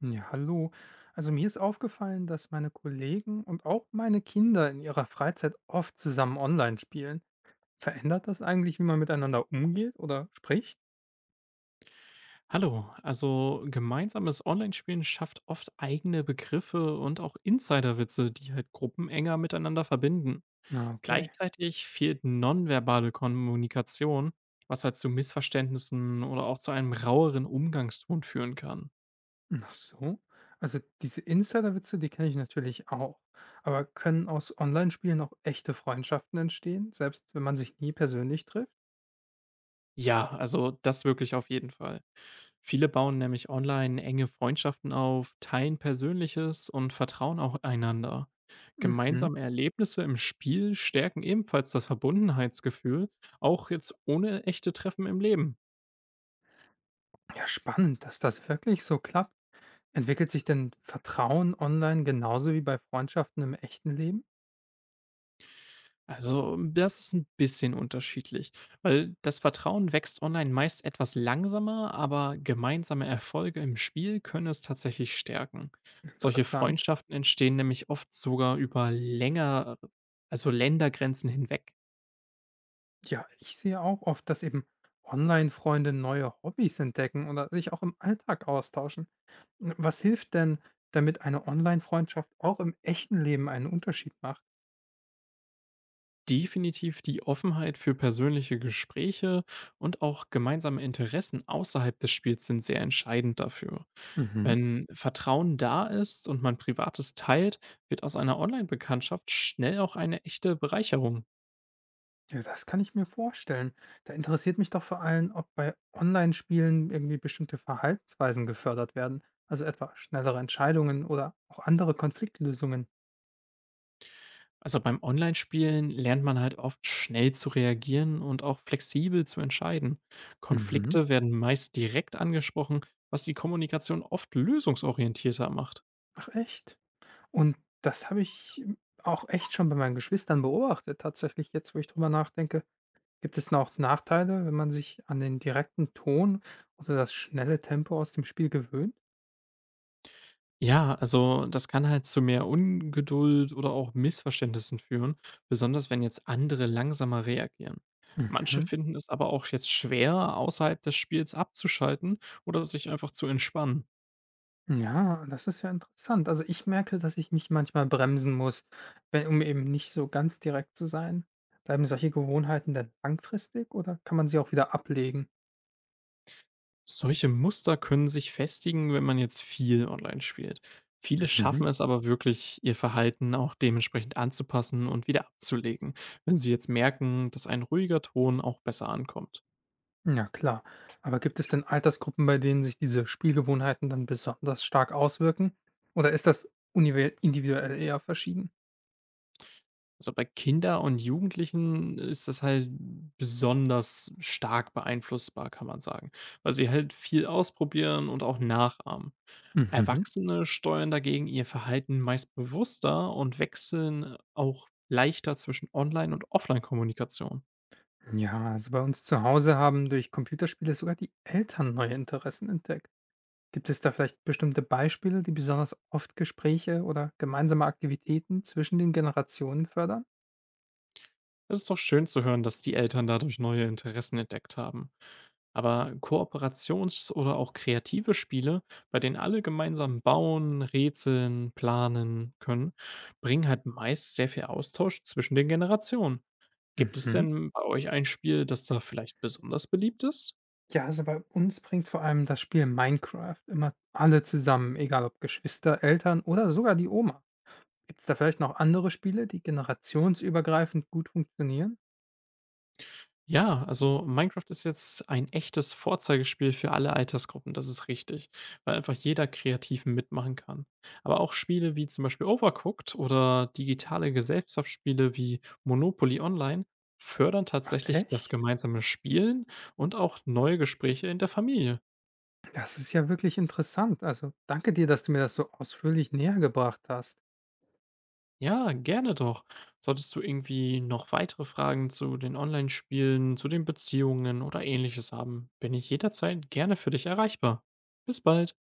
Ja, hallo. Also mir ist aufgefallen, dass meine Kollegen und auch meine Kinder in ihrer Freizeit oft zusammen online spielen. Verändert das eigentlich, wie man miteinander umgeht oder spricht? Hallo, also gemeinsames Online-Spielen schafft oft eigene Begriffe und auch Insiderwitze, die halt Gruppen enger miteinander verbinden. Na, okay. Gleichzeitig fehlt nonverbale Kommunikation, was halt zu Missverständnissen oder auch zu einem raueren Umgangston führen kann. Ach so. Also diese Insider-Witze, die kenne ich natürlich auch. Aber können aus Online-Spielen auch echte Freundschaften entstehen, selbst wenn man sich nie persönlich trifft? Ja, also das wirklich auf jeden Fall. Viele bauen nämlich online enge Freundschaften auf, teilen Persönliches und vertrauen auch einander. Mhm. Gemeinsame Erlebnisse im Spiel stärken ebenfalls das Verbundenheitsgefühl, auch jetzt ohne echte Treffen im Leben. Ja, spannend, dass das wirklich so klappt. Entwickelt sich denn Vertrauen online genauso wie bei Freundschaften im echten Leben? Also, das ist ein bisschen unterschiedlich, weil das Vertrauen wächst online meist etwas langsamer, aber gemeinsame Erfolge im Spiel können es tatsächlich stärken. Solche Interessant. Freundschaften entstehen nämlich oft sogar über länger also Ländergrenzen hinweg. Ja, ich sehe auch oft, dass eben Online-Freunde neue Hobbys entdecken oder sich auch im Alltag austauschen. Was hilft denn, damit eine Online-Freundschaft auch im echten Leben einen Unterschied macht? Definitiv die Offenheit für persönliche Gespräche und auch gemeinsame Interessen außerhalb des Spiels sind sehr entscheidend dafür. Mhm. Wenn Vertrauen da ist und man Privates teilt, wird aus einer Online-Bekanntschaft schnell auch eine echte Bereicherung. Ja, das kann ich mir vorstellen. Da interessiert mich doch vor allem, ob bei Online-Spielen irgendwie bestimmte Verhaltensweisen gefördert werden, also etwa schnellere Entscheidungen oder auch andere Konfliktlösungen. Also beim Online-Spielen lernt man halt oft schnell zu reagieren und auch flexibel zu entscheiden. Mhm. Konflikte werden meist direkt angesprochen, was die Kommunikation oft lösungsorientierter macht. Ach echt? Und das habe ich auch echt schon bei meinen Geschwistern beobachtet. Tatsächlich jetzt, wo ich drüber nachdenke, gibt es noch Nachteile, wenn man sich an den direkten Ton oder das schnelle Tempo aus dem Spiel gewöhnt? Ja, also das kann halt zu mehr Ungeduld oder auch Missverständnissen führen, besonders wenn jetzt andere langsamer reagieren. Manche Mhm. finden es aber auch jetzt schwer, außerhalb des Spiels abzuschalten oder sich einfach zu entspannen. Ja, das ist ja interessant. Also ich merke, dass ich mich manchmal bremsen muss, wenn, um eben nicht so ganz direkt zu sein. Bleiben solche Gewohnheiten denn langfristig oder kann man sie auch wieder ablegen? Solche Muster können sich festigen, wenn man jetzt viel online spielt. Viele Mhm. schaffen es aber wirklich, ihr Verhalten auch dementsprechend anzupassen und wieder abzulegen, wenn sie jetzt merken, dass ein ruhiger Ton auch besser ankommt. Ja, klar. Aber gibt es denn Altersgruppen, bei denen sich diese Spielgewohnheiten dann besonders stark auswirken? Oder ist das individuell eher verschieden? Also, bei Kindern und Jugendlichen ist das halt besonders stark beeinflussbar, kann man sagen, weil sie halt viel ausprobieren und auch nachahmen. Mhm. Erwachsene steuern dagegen ihr Verhalten meist bewusster und wechseln auch leichter zwischen Online und Offline-Kommunikation. Ja, also bei uns zu Hause haben durch Computerspiele sogar die Eltern neue Interessen entdeckt. Gibt es da vielleicht bestimmte Beispiele, die besonders oft Gespräche oder gemeinsame Aktivitäten zwischen den Generationen fördern? Es ist doch schön zu hören, dass die Eltern dadurch neue Interessen entdeckt haben. Aber Kooperations- oder auch kreative Spiele, bei denen alle gemeinsam bauen, rätseln, planen können, bringen halt meist sehr viel Austausch zwischen den Generationen. Gibt es Mhm. denn bei euch ein Spiel, das da vielleicht besonders beliebt ist? Ja, also bei uns bringt vor allem das Spiel Minecraft immer alle zusammen, egal ob Geschwister, Eltern oder sogar die Oma. Gibt es da vielleicht noch andere Spiele, die generationsübergreifend gut funktionieren? Ja, also Minecraft ist jetzt ein echtes Vorzeigespiel für alle Altersgruppen, das ist richtig, weil einfach jeder kreativ mitmachen kann. Aber auch Spiele wie zum Beispiel Overcooked oder digitale Gesellschaftsspiele wie Monopoly Online fördern tatsächlich das Echt? gemeinsame Spielen und auch neue Gespräche in der Familie. Das ist ja wirklich interessant. Also danke dir, dass du mir das so ausführlich näher gebracht hast. Ja, gerne doch. Solltest du irgendwie noch weitere Fragen zu den Online-Spielen, zu den Beziehungen oder ähnliches haben, bin ich jederzeit gerne für dich erreichbar. Bis bald.